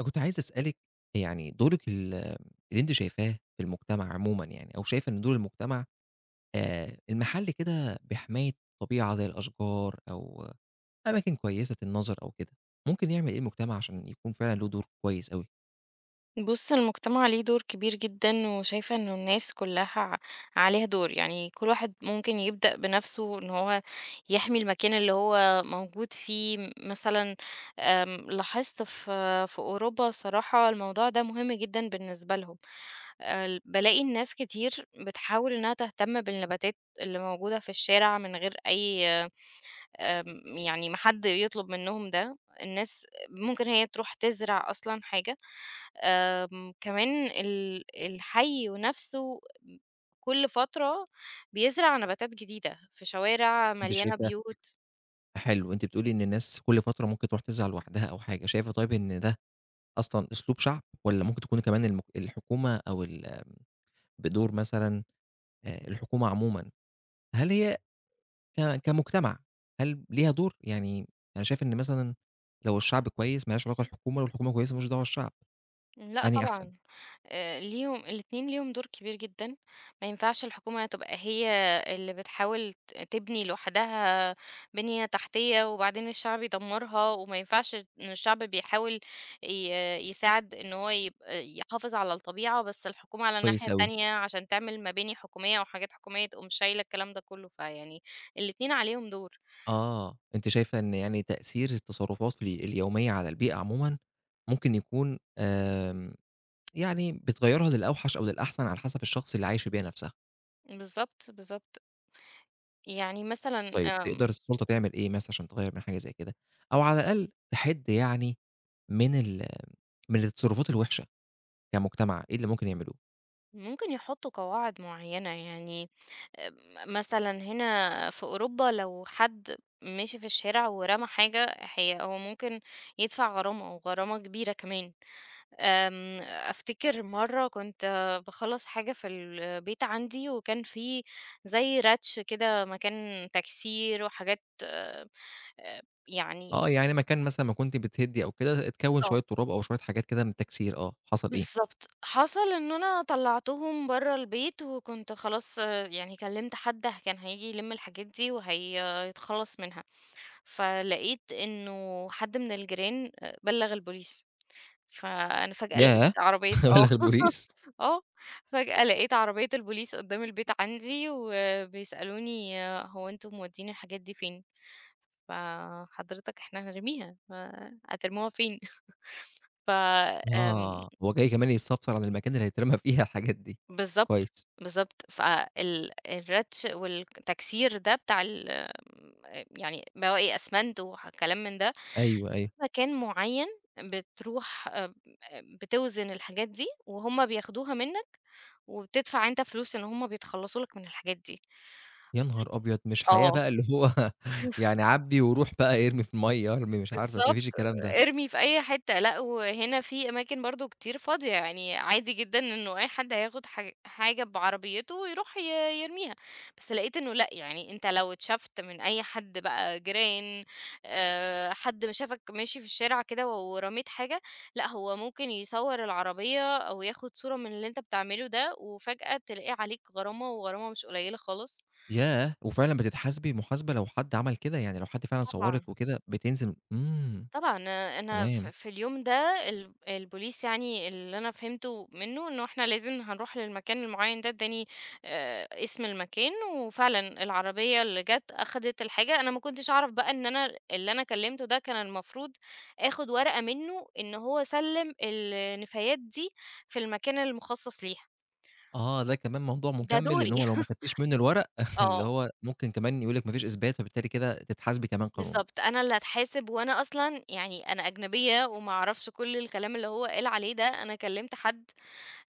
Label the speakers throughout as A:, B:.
A: أنا كنت عايز أسألِك يعني دورِك اللي أنتِ شايفاه في المجتمع عمومًا يعني أو شايفة إن دور المجتمع المحل كده بحماية الطبيعة زي الأشجار أو أماكن كويسة النظر أو كده، ممكن يعمل إيه المجتمع عشان يكون فعلًا له دور كويس أوي؟
B: بُص، المجتمع ليه دور كبير جدًا، وشايفة إنه الناس كلّها عليها دور، يعني كل واحد ممكن يبدأ بنفسه إن هو يحمي المكان اللي هو موجود فيه، مثلًا لاحظت في أوروبا الصراحة الموضوع ده مهم جدًا بالنسبة لهم، ال بالاقي الناس كتير بتحاول إنها تهتم بالنباتات اللي موجودة في الشارع من غير أي يعني ما حد يطلب منّهم ده، الناس ممكن هي تروح تزرع أصلًا حاجة، كمان الحي نَفْسه كُلّ فترة بيزرع نباتات جديدة في شوارع
A: أنتِ
B: مليانة
A: شايفة
B: بيوت.
A: حلو، أنتِ بتقولي إن الناس كل فترة ممكن تروح تزعل لوحدها أو حاجة، شايفة طيب إن ده أصلًا أسلوب شعب والّا ممكن تكون كمان الحكومة أو بدور مثلًا الحكومة عمومًا، هل هي كمجتمع، هل ليها دور؟ يعني أنا شايف إن مثلًا لو الشعب كويس ما لهاش علاقة الحكومة، لو الحكومة كويسة ما لهاش دعوة الشعب،
B: لأ،
A: أنهي أحسن؟
B: طبعًا. ليهم الاتنين ليهم دور كبير جدًا، ما ينفعش الحكومة تبقى هي اللي بتحاول تبني لوحدها بنية تحتية وبعدين الشعب يدمّرها، وما ينفعش إن الشعب بيحاول ي يساعد إن هو يبقى يحافظ على الطبيعة، بس الحكومة على الناحية
A: كويس أوي،
B: التانية عشان تعمل مباني حكومية أو حاجات حكومية تقوم شايلة الكلام ده كله، فيعني الاتنين عليهم دور.
A: آه، أنتِ شايفة إن يعني تأثير التصرفات اليومية على البيئة عمومًا ممكن يكون يعني بتغيّرها للأوحش أو للأحسن على حسب الشخص اللي عايش البيئة نفسها،
B: بالضبط، بالضبط. يعني مثلًا
A: طيب تقدر السلطة تعمل إيه مثلًا عشان تغيّر من حاجة زي كده، أو على الأقل تحد يعني من ال من التصرفات الوحشة كمجتمع، إيه اللي ممكن يعملوه؟
B: ممكن يحطّوا قواعد معيّنة يعني مثلًا هنا في أوروبا لو حد مشي في الشارع ورمى حاجة، هو ممكن يدفع غرامة وغرامة كبيرة كمان. أفتكر مرة كنت باخلّص حاجة في البيت عندي وكان في زي رَتش كده مكان تكسير وحاجات يعني.
A: آه، يعني مكان مثلًا ما كنتِ بتهدّي أو كده، اتكوّن شوية
B: آه،
A: تراب أو شوية حاجات كده من التكسير حصل إيه؟
B: بالضبط. حصل إن أنا طلّعتهم برّه البيت وكنت خلاص يعني كلّمت حد كان هييجي يلِم الحاجات دي وهيتخلّص منها. فلقيت إنه حد من الجيران بلّغ البوليس، فأنا فجأة لقيت
A: ياه!
B: عربية
A: أبلّغ البوليس؟
B: آه، فجأة لقيت عربية البوليس قدّام البيت عندي وبيسألوني: "هو أنتم مودّيين الحاجات دي فين؟" فحضرتك إحنا هنرميها، فهترموها فين؟ ف آمم
A: آه، هو جاي كمان يستفسر عن المكان اللي هيترمى فيه الحاجات دي،
B: بالضبط،
A: كويس،
B: بالضبط، فال الرَّتش والتكسير ده بتاع يعني بواقي أسمنت كلام من ده
A: أيوه، أيوه،
B: مكان معين بتروح بتوزن الحاجات دي، وهُم بياخدوها منّك، وبتدفع أنت فلوس إن هُم بيتخلّصوا لك من الحاجات دي.
A: يا نهار أبيض! مش حياة
B: آه.
A: بقى اللي هو يعني عبّي وروح بقى ارمي في المَيّة، ارمي مش عارفة ما
B: بالضبط،
A: فيش الكلام ده،
B: ارمي في أي حتة، لأ وهنا في أماكن برضه كتير فاضية، يعني عادي جدًا إنه أي حد هياخد حاجة بعربيته ويروح يرميها، بس لقيت إنه لأ، يعني أنت لو اتشافت من أي حد بقى جيران حد ما شافك ماشي في الشارع كده ورميت حاجة، لأ هو ممكن يصوّر العربية أو ياخد صورة من اللي أنت بتعمله ده، وفجأة تلاقي عليك غرامة وغرامة مش قليلة خالص،
A: ياه! وفعلًا بتتحاسبي محاسبة لو حد عمل كده، يعني لو حد فعلًا
B: طبعًا.
A: صورِك وكده بتنزل
B: طبعًا، أنا
A: تمام.
B: في اليوم ده البوليس يعني اللي أنا فهمته منّه إنه إحنا لازم هنروح للمكان المعيّن ده، ادّاني اسم المكان، وفعلًا العربية اللي جات أخدت الحاجة، أنا ما كنتش أعرف بقى إن أنا اللي أنا كلّمته ده كان المفروض آخُد ورقة منّه إن هو سلّم النفايات دي في المكان المخصص ليها،
A: آه، ده كمان موضوع
B: ده
A: مكمّل، لإن
B: دوري
A: هو لو ما خدتيش منّه الورق اللي
B: آه،
A: هو ممكن كمان يقول لِك ما فيش إثبات، فبالتالي كده تتحاسبي كمان قانونًا.
B: بالضبط، أنا اللي هاتحاسب وأنا أصلًا يعني أنا أجنبية وما أعرفش كل الكلام اللي هو قال عليه ده، أنا كلّمت حد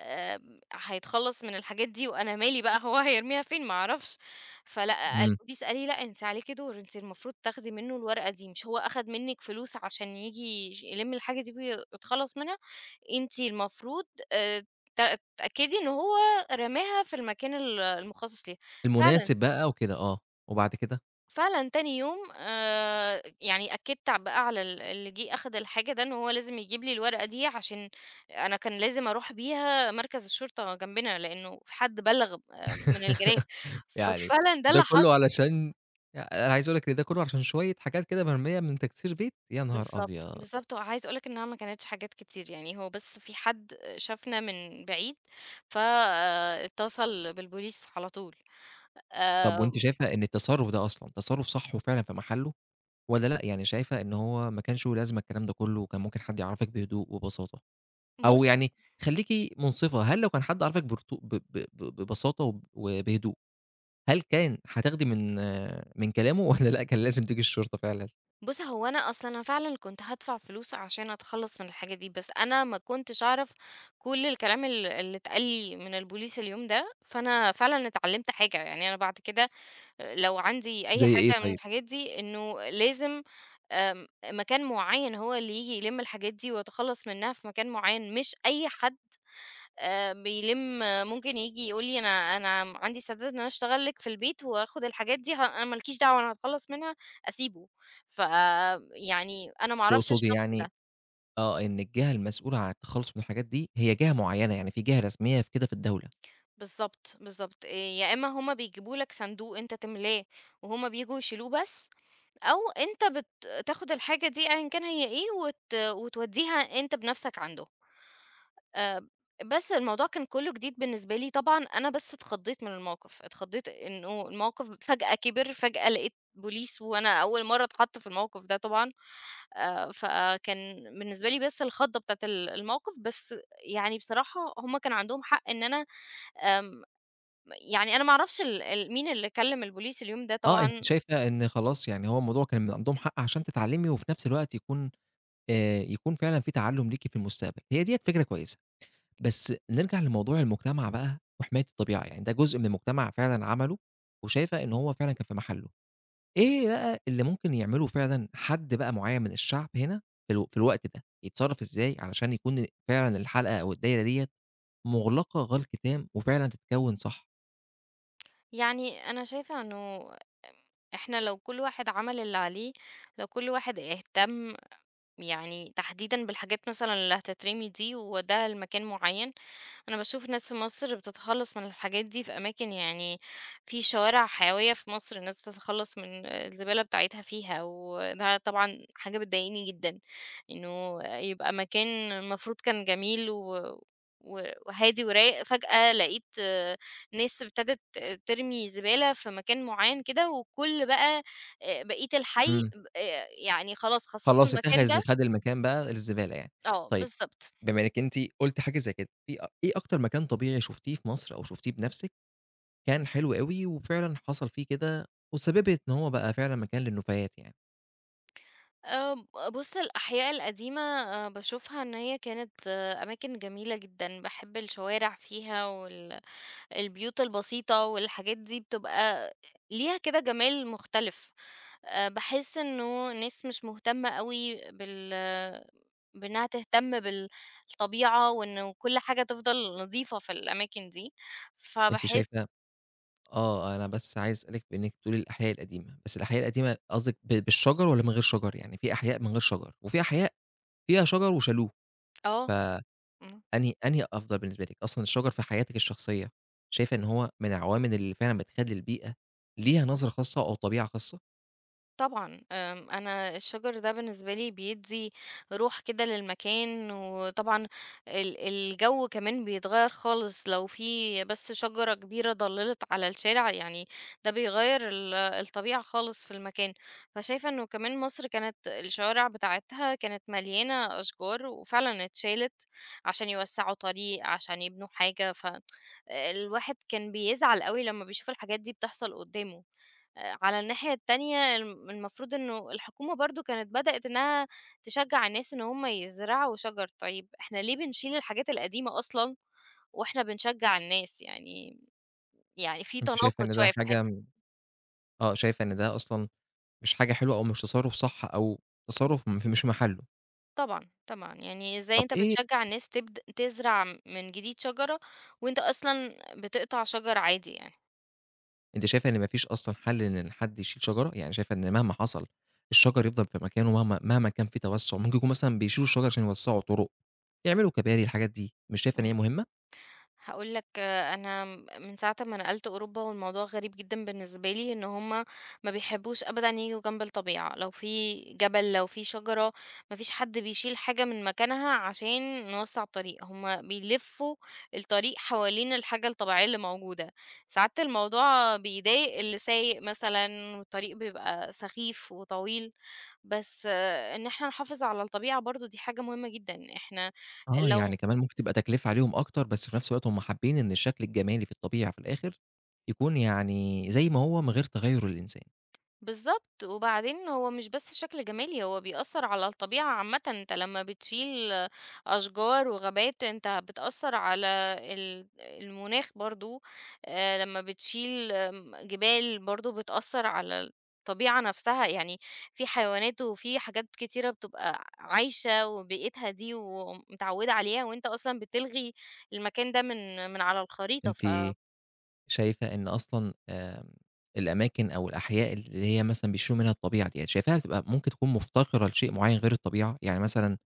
B: هيتخلّص من الحاجات دي وأنا مالي بقى هو هيرميها فين ما أعرفش، فلأ
A: إمم.
B: الPolice قال لي: "لأ أنتِ عليكِ دور، أنتِ المفروض تاخدي منه الورقة دي، مش هو أخد منِك فلوس عشان ييجي يلِم الحاجة دي ويتخلّص منها، أنتِ المفروض آآ ت تتأكدي إن هو رماها في المكان المخصص ليها."
A: المناسب
B: فعلًا.
A: بقى وكده آه، وبعد كده؟
B: فعلًا تاني يوم يعني أكدت بقى على اللي جه أخد الحاجة ده إن هو لازم يجيب لي الورقة دي عشان أنا كان لازم أروح بيها مركز الشرطة جنبنا، لإنه في حد بلّغ من الجيران،
A: يعني
B: ففعلًا ده
A: ده
B: اللي
A: كلّه
B: حصل.
A: علشان يعني أنا عايز أقول لِك إن ده كلّه علشان شوية حاجات كده مرميّة من تكسير بيت، يا نهار
B: بالضبط،
A: أبيض!
B: بالضبط، وعايزة أقول لك إنها ما كانتش حاجات كتير، يعني هو بس في حد شافنا من بعيد، فاتصل بالبوليس على طول.
A: طَب وأنتِ
B: آآ،
A: شايفة إن التصرُّف ده أصلًا تصرُّف صح وفعلًا في محله والّا لأ، يعني شايفة إن هو ما كانش له لازمة الكلام ده كلّه وكان ممكن حد يعرّفِك بهدوء وبساطة؟ أو
B: بُص
A: يعني خلّيكِ منصِفة، هل لو كان حد عرفِك برتو ب ب ب ببساطة وبهدوء، هل كان هتاخدي من من كلامه والّا لأ كان لازم تيجي الشرطة فعلًا؟
B: بُص، هو أنا أصلًا أنا فعلًا كنت هادفع فلوس عشان أتخلّص من الحاجة دي، بس أنا ما كنتش أعرف كل الكلام اللي اتقال لي من البوليس اليوم ده، فأنا فعلًا اتعلّمت حاجة، يعني أنا بعد كده لو عندي أي
A: زي إيه
B: حاجة من
A: طيب؟
B: الحاجات دي إنه لازم مكان معيّن هو اللي ييجي يلِم الحاجات دي وأتخلّص منها في مكان معيّن، مش أي حد بيلِم ممكن ييجي يقول لي: "أنا عندي استعداد إن أنا أشتغل لك في البيت وآخُد الحاجات دي أنا ما لكيش دعوة، أنا هاتخلّص منها." أسيبه. ف يعني أنا ما أعرفش
A: تقصدي
B: الشخص
A: يعني
B: ده.
A: إن الجهة المسؤولة عن التخلُّص من الحاجات دي هي جهة معيّنة، يعني في جهة رسمية في كده في الدولة.
B: بالضبط، بالضبط. يا إمّا هم بيجيبوا لك صندوق أنت تملاه وهم بييجوا يشيلوه بس، أو أنت تاخُد الحاجة دي أيًا كان هي إيه وتودّيها أنت بنَفْسك عنده. آآ بس الموضوع كان كُلّه جديد بالنسبة لي طبعًا، أنا بس اتخضّيت من الموقف، اتخضّيت إنه الموقف فجأة كِبِر، فجأة لقيت بوليس وأنا أول مرّة أتحَط في الموقف ده طبعًا، فكان بالنسبة لي بس الخضّة بتاعة الموقف، بس يعني بصراحة هم كان عندهم حق إن أنا آمم يعني أنا ما أعرفش ال ال مين اللي كلّم البوليس اليوم ده
A: آه، أنتِ
B: طبعًا،
A: شايفة إن خلاص يعني هو الموضوع كان من عندهم حق عشان تتعلّمي وفي نفس الوقت يكون فعلًا في تعلُّم ليكِ في المستقبل، هي ديّة فكرة كويسة. بس نرجع لموضوع المجتمع بقى وحماية الطبيعة، يعني ده جزء من المجتمع فعلًا عمله، وشايفة إن هو فعلًا كان في محله. إيه بقى اللي ممكن يعمله فعلًا حد بقى معيّن من الشعب هنا في الوقت ده، يتصرّف إزاي علشان يكون فعلًا الحلقة أو الدايرة ديّة مُغلقة كتام وفعلًا تتكوّن صح؟
B: يعني أنا شايفة إنه إحنا لو كل واحد عمل اللي عليه، لو كل واحد اهتم يعني تحديدًا بالحاجات مثلًا اللي هتترمي دي وأودّيها لمكان معيّن، أنا باشوف ناس في مصر بتتخلّص من الحاجات دي في أماكن يعني في شوارع حيوية في مصر الناس بتتخلّص من الزبالة بتاعتها فيها، وده طبعًا حاجة بتضايقني جدًا، إنه يبقى مكان المفروض كان جميل و وهادي ورايق، فجأة لقيت ناس ابتدت ترمي زبالة في مكان معيّن كده، وكل بقى بقية الحي
A: إمم.
B: ب يعني خلاص خصّصوا
A: خلاص
B: المكان
A: اتخذ
B: ده.
A: خَد المكان بقى للزبالة يعني.
B: آه،
A: طيب
B: بالضبط.
A: بما إنِّك أنتِ قُلتِ حاجة زي كده، في أ إيه أكتر مكان طبيعي شُفتيه في مصر أو شُفتيه بنَفْسِك كان حلو أوي، وفعلًا حصل فيه كده، وسببت إن هو بقى فعلًا مكان للنُّفايات يعني،
B: آآ بُص، الأحياء القديمة باشوفها إن هي كانت أماكن جميلة جدًا، باحب الشوارع فيها البيوت البسيطة والحاجات دي بتبقى ليها كده جمال مختلف. باحس إنه الناس مش مهتمة أوي بإنها تهتم بالطبيعة وإنه كل حاجة تفضل نضيفة في الأماكن دي،
A: أنتِ
B: فباحس.
A: شايفة آه، أنا بس عايز أسألِك بإنِّك بتقولي الأحياء القديمة، بس الأحياء القديمة قصدِك بالشجر والّا من غير شجر؟ يعني في أحياء من غير شجر، وفي أحياء فيها شجر وشالوه،
B: آه.
A: فأنهي
B: إمم.
A: أنهي أفضل بالنسبة لِك؟ أصلًا الشجر في حياتِك الشخصية، شايفة إن هو من العوامل اللي فعلًا بتخلّي البيئة ليها نظرة خاصة أو طبيعة خاصة؟
B: طبعًا، أنا الشجر ده بالنسبة لي بيدّي روح كده للمكان، وطبعًا الجو كمان بيتغيّر خالص لو في بس شجرة كبيرة ضلّلت على الشارع، يعني ده بيغيّر الطبيعة خالص في المكان، فشايفة إنه كمان مصر كانت الشوارع بتاعتها كانت مليانة أشجار، وفعلًا اتشالت عشان يوسّعوا طريق، عشان يبنوا حاجة، الواحد كان بيزعل أوي لمّا بيشوف الحاجات دي بتحصل قدّامه. على الناحية التانية المفروض إنه الحكومة برضه كانت بدأت إنها تشجّع الناس إن هُم يزرعوا شجر، طيب إحنا ليه بنشيل الحاجات القديمة أصلًا وإحنا بنشجّع الناس؟ يعني في
A: أنتِ شايفة
B: تناقض
A: إن ده
B: شوية في الحتة
A: حاجة م
B: دي.
A: آه، شايفة إن ده أصلًا مش حاجة حلوة أو مش تصرُّف صح أو تصرُّف م في مش في محلّه.
B: طبعًا، طبعًا، يعني إزاي
A: طَب
B: أنت
A: إيه
B: بتشجّع الناس تزرع من جديد شجرة وأنت أصلًا بتقطع شجر عادي يعني؟
A: أنتِ شايفة إن ما فيش أصلًا حل إن حد يشيل شجرة؟ يعني شايفة إن مهما حصل الشجر يفضل في مكانه مهما كان في توسُّع، ممكن يكون مثلًا بيشيلوا الشجر عشان يوسّعوا طُرُق، يعملوا كباري، الحاجات دي، مش شايفة إن هي
B: إمم.
A: مهمة؟
B: هاقول لك أنا من ساعة ما نقلت أوروبا والموضوع غريب جدًا بالنسبة لي إن هم ما بيحبّوش أبدًا ييجوا جنب الطبيعة، لو في جبل، لو في شجرة، ما فيش حد بيشيل حاجة من مكانها عشان نوسّع الطريق، هم بيلفّوا الطريق حوالين الحاجة الطبيعية اللي موجودة، ساعات الموضوع بيضايق اللي سايق مثلًا والطريق بيبقى سخيف وطويل، بس آه، إن إحنا نحافظ على الطبيعة برضه دي حاجة مهمة جدًا، إحنا
A: آه، يعني
B: لو
A: كمان ممكن تبقى تكلفة عليهم أكتر، بس في نفس الوقت هم حابين إن الشكل الجمالي في الطبيعة في الآخر يكون يعني زي ما هو من غير تغيُّر الإنسان.
B: بالضبط، وبعدين هو مش بس شكل جمالي، هو بيأثّر على الطبيعة عامةً، أنت لمّا بتشيل أشجار وغابات أنت بتأثّر على المناخ برضه، لمّا بتشيل جبال برضه بتأثّر على الطبيعة نفسها، يعني في حيوانات وفي حاجات كتيرة بتبقى عايشة وبيئتها دي ومتعوّدة عليها وأنت أصلًا بتلغي المكان ده من على الخريطة،
A: أنتِ شايفة إن أصلًا الأماكن أو الأحياء اللي هي مثلًا بيشيلوا منها الطبيعة ديّة، شايفاها بتبقى ممكن تكون مُفتقرة لشيء معيّن غير الطبيعة؟ يعني مثلًا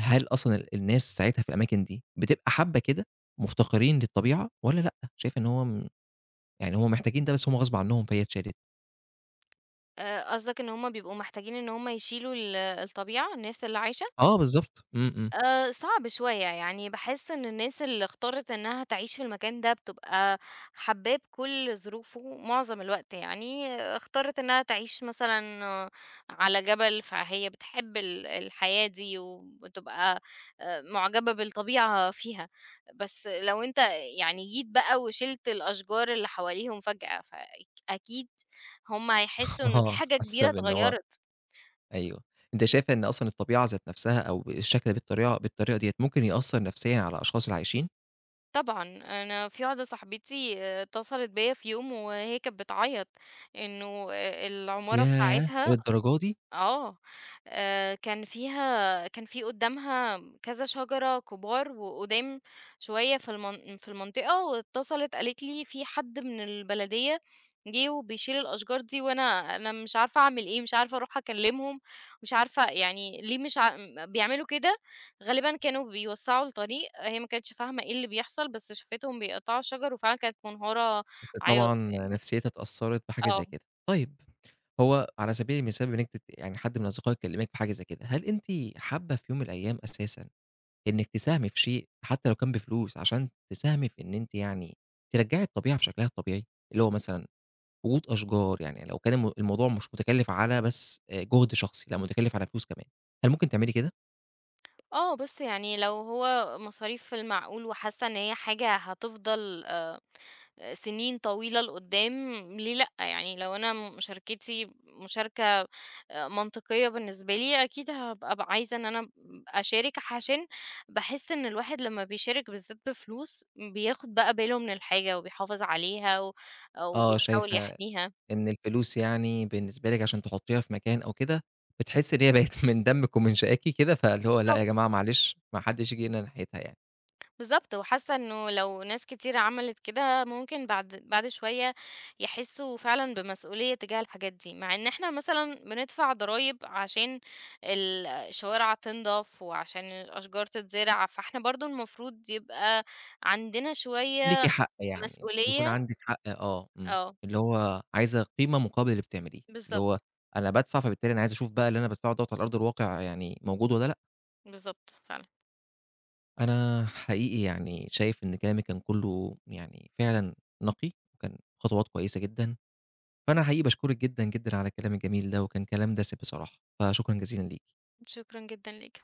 A: هل أصلًا الناس ساعتها في الأماكن دي بتبقى حابة كده، مفتقرين للطبيعة والّا لأ، شايفة إن هو يعني هم محتاجين ده بس هم غصب عنهم فهي اتشالت؟
B: قصدك إن هُم بيبقوا محتاجين إن هُم يشيلوا الطبيعة، الناس اللي عايشة؟
A: آه بالضبط، إمم، إمم،
B: صعب شوية، يعني باحس إن الناس اللي اختارت إنها تعيش في المكان ده بتبقى حاباه بكل ظروفه معظم الوقت يعني، اختارت إنها تعيش مثلًا على جبل، فهي بتحب الحياة دي وبتبقى معجبة بالطبيعة فيها، بس لو أنت يعني جيت بقى وشِلت الأشجار اللي حواليهم فجأة، أكيد هُم هيحسوا إن في
A: آه،
B: حاجة
A: حاسة
B: كبيرة
A: بإن هو
B: اتغيرت.
A: أيوه، أنتِ شايفة إن أصلًا الطبيعة ذات نفسها أو الشكل بالطريقة ديّة ممكن يأثّر نفسيًا على الأشخاص اللي عايشين؟
B: طبعًا، أنا في واحدة صاحبتي اتصلت بيّا في يوم وهي كانت بتعيط إنه العمارة
A: ياه!
B: بتاعتها
A: للدرجة دي!
B: آه، كان فيها كان في قدّامها كذا شجرة كبار وقُدام شوية في المنطقة، واتصلت قالت لي في حد من البلدية جِه وبيشيل الأشجار دي، وأنا مش عارفة أعمل إيه، مش عارفة أروح أكلّمهم، مش عارفة يعني ليه مش بيعملوا كده، غالبًا كانوا بيوسّعوا الطريق، هي ما كانتش فاهمة إيه اللي بيحصل، بس شافتهم بيقطّعوا الشجر وفعلًا كانت منهارة
A: بس
B: عياط
A: طبعًا
B: يعني.
A: نفسيتها اتأثّرت بحاجة زي
B: آه.
A: كده. طيب هو على سبيل المثال بإنِّك يعني حد من أصدقائِك يكلمِك في حاجة زي كده، هل أنتِ حابة في يوم من الأيام أساسًا إنِّك تساهمي في شيء حتى لو كان بفلوس، عشان تساهمي في إن أنتِ يعني ترجّعي الطبيعة بشكلها الطبيعي، اللي هو مثلًا وجود أشجار، يعني لو كان الموضوع مش متكلِّف على بس جهد شخصي، لأ متكلِّف على فلوس كمان، هل ممكن تعملي كده؟
B: آه، بُص يعني لو هو مصاريف في المعقول وحاسة إن هي حاجة هتفضل سنين طويلة لقدّام، ليه لأ؟ يعني لو أنا مشاركتي مشاركة منطقية بالنسبة لي، أكيد هابقى عايزة إن أنا أشارك عشان باحس إن الواحد لمّا بيشارك بالذات بفلوس، بياخد بقى باله من الحاجة وبيحافظ عليها
A: آه،
B: وبيحاول
A: شايفة
B: يحميها.
A: إن الفلوس يعني بالنسبة لِك عشان تحطّيها في مكان أو كده، بتحسّي إن هي بقت من دمِّك ومن شقاكِ كده، فاللي هو لأ يا جماعة معلش، ما حدّش ييجي هنا ناحيتها يعني.
B: بالضبط، وحاسة إنه لو ناس كتير عملت كده ممكن بعد شوية يحسّوا فعلًا بمسؤولية تجاه الحاجات دي، مع إن إحنا مثلًا بندفع ضرايب عشان الشوارع تنضف وعشان الأشجار تتزرع، فإحنا برضه المفروض يبقى عندنا
A: ليكِ
B: شوية
A: حق يعني، يكون
B: مسؤولية.
A: عندِك حق آه، إمم،
B: آه،
A: اللي هو عايزة قيمة مقابل اللي بتعمليه، اللي هو
B: بالضبط،
A: أنا بادفع فبالتالي أنا عايز أشوف بقى اللي أنا بادفعه دوّة على أرض الواقع يعني موجود والّا لأ.
B: بالضبط فعلًا.
A: أنا حقيقي يعني شايف إن كلامِك كان كلّه يعني فعلًا نقي، وكان خطوات كويسة جدًا، فأنا حقيقي باشكرِك جدًا، جدًا على الكلام الجميل ده، وكان كلام دسم بصراحة، فشكرًا جزيلًا ليكِ.
B: شكرًا جدًا ليك.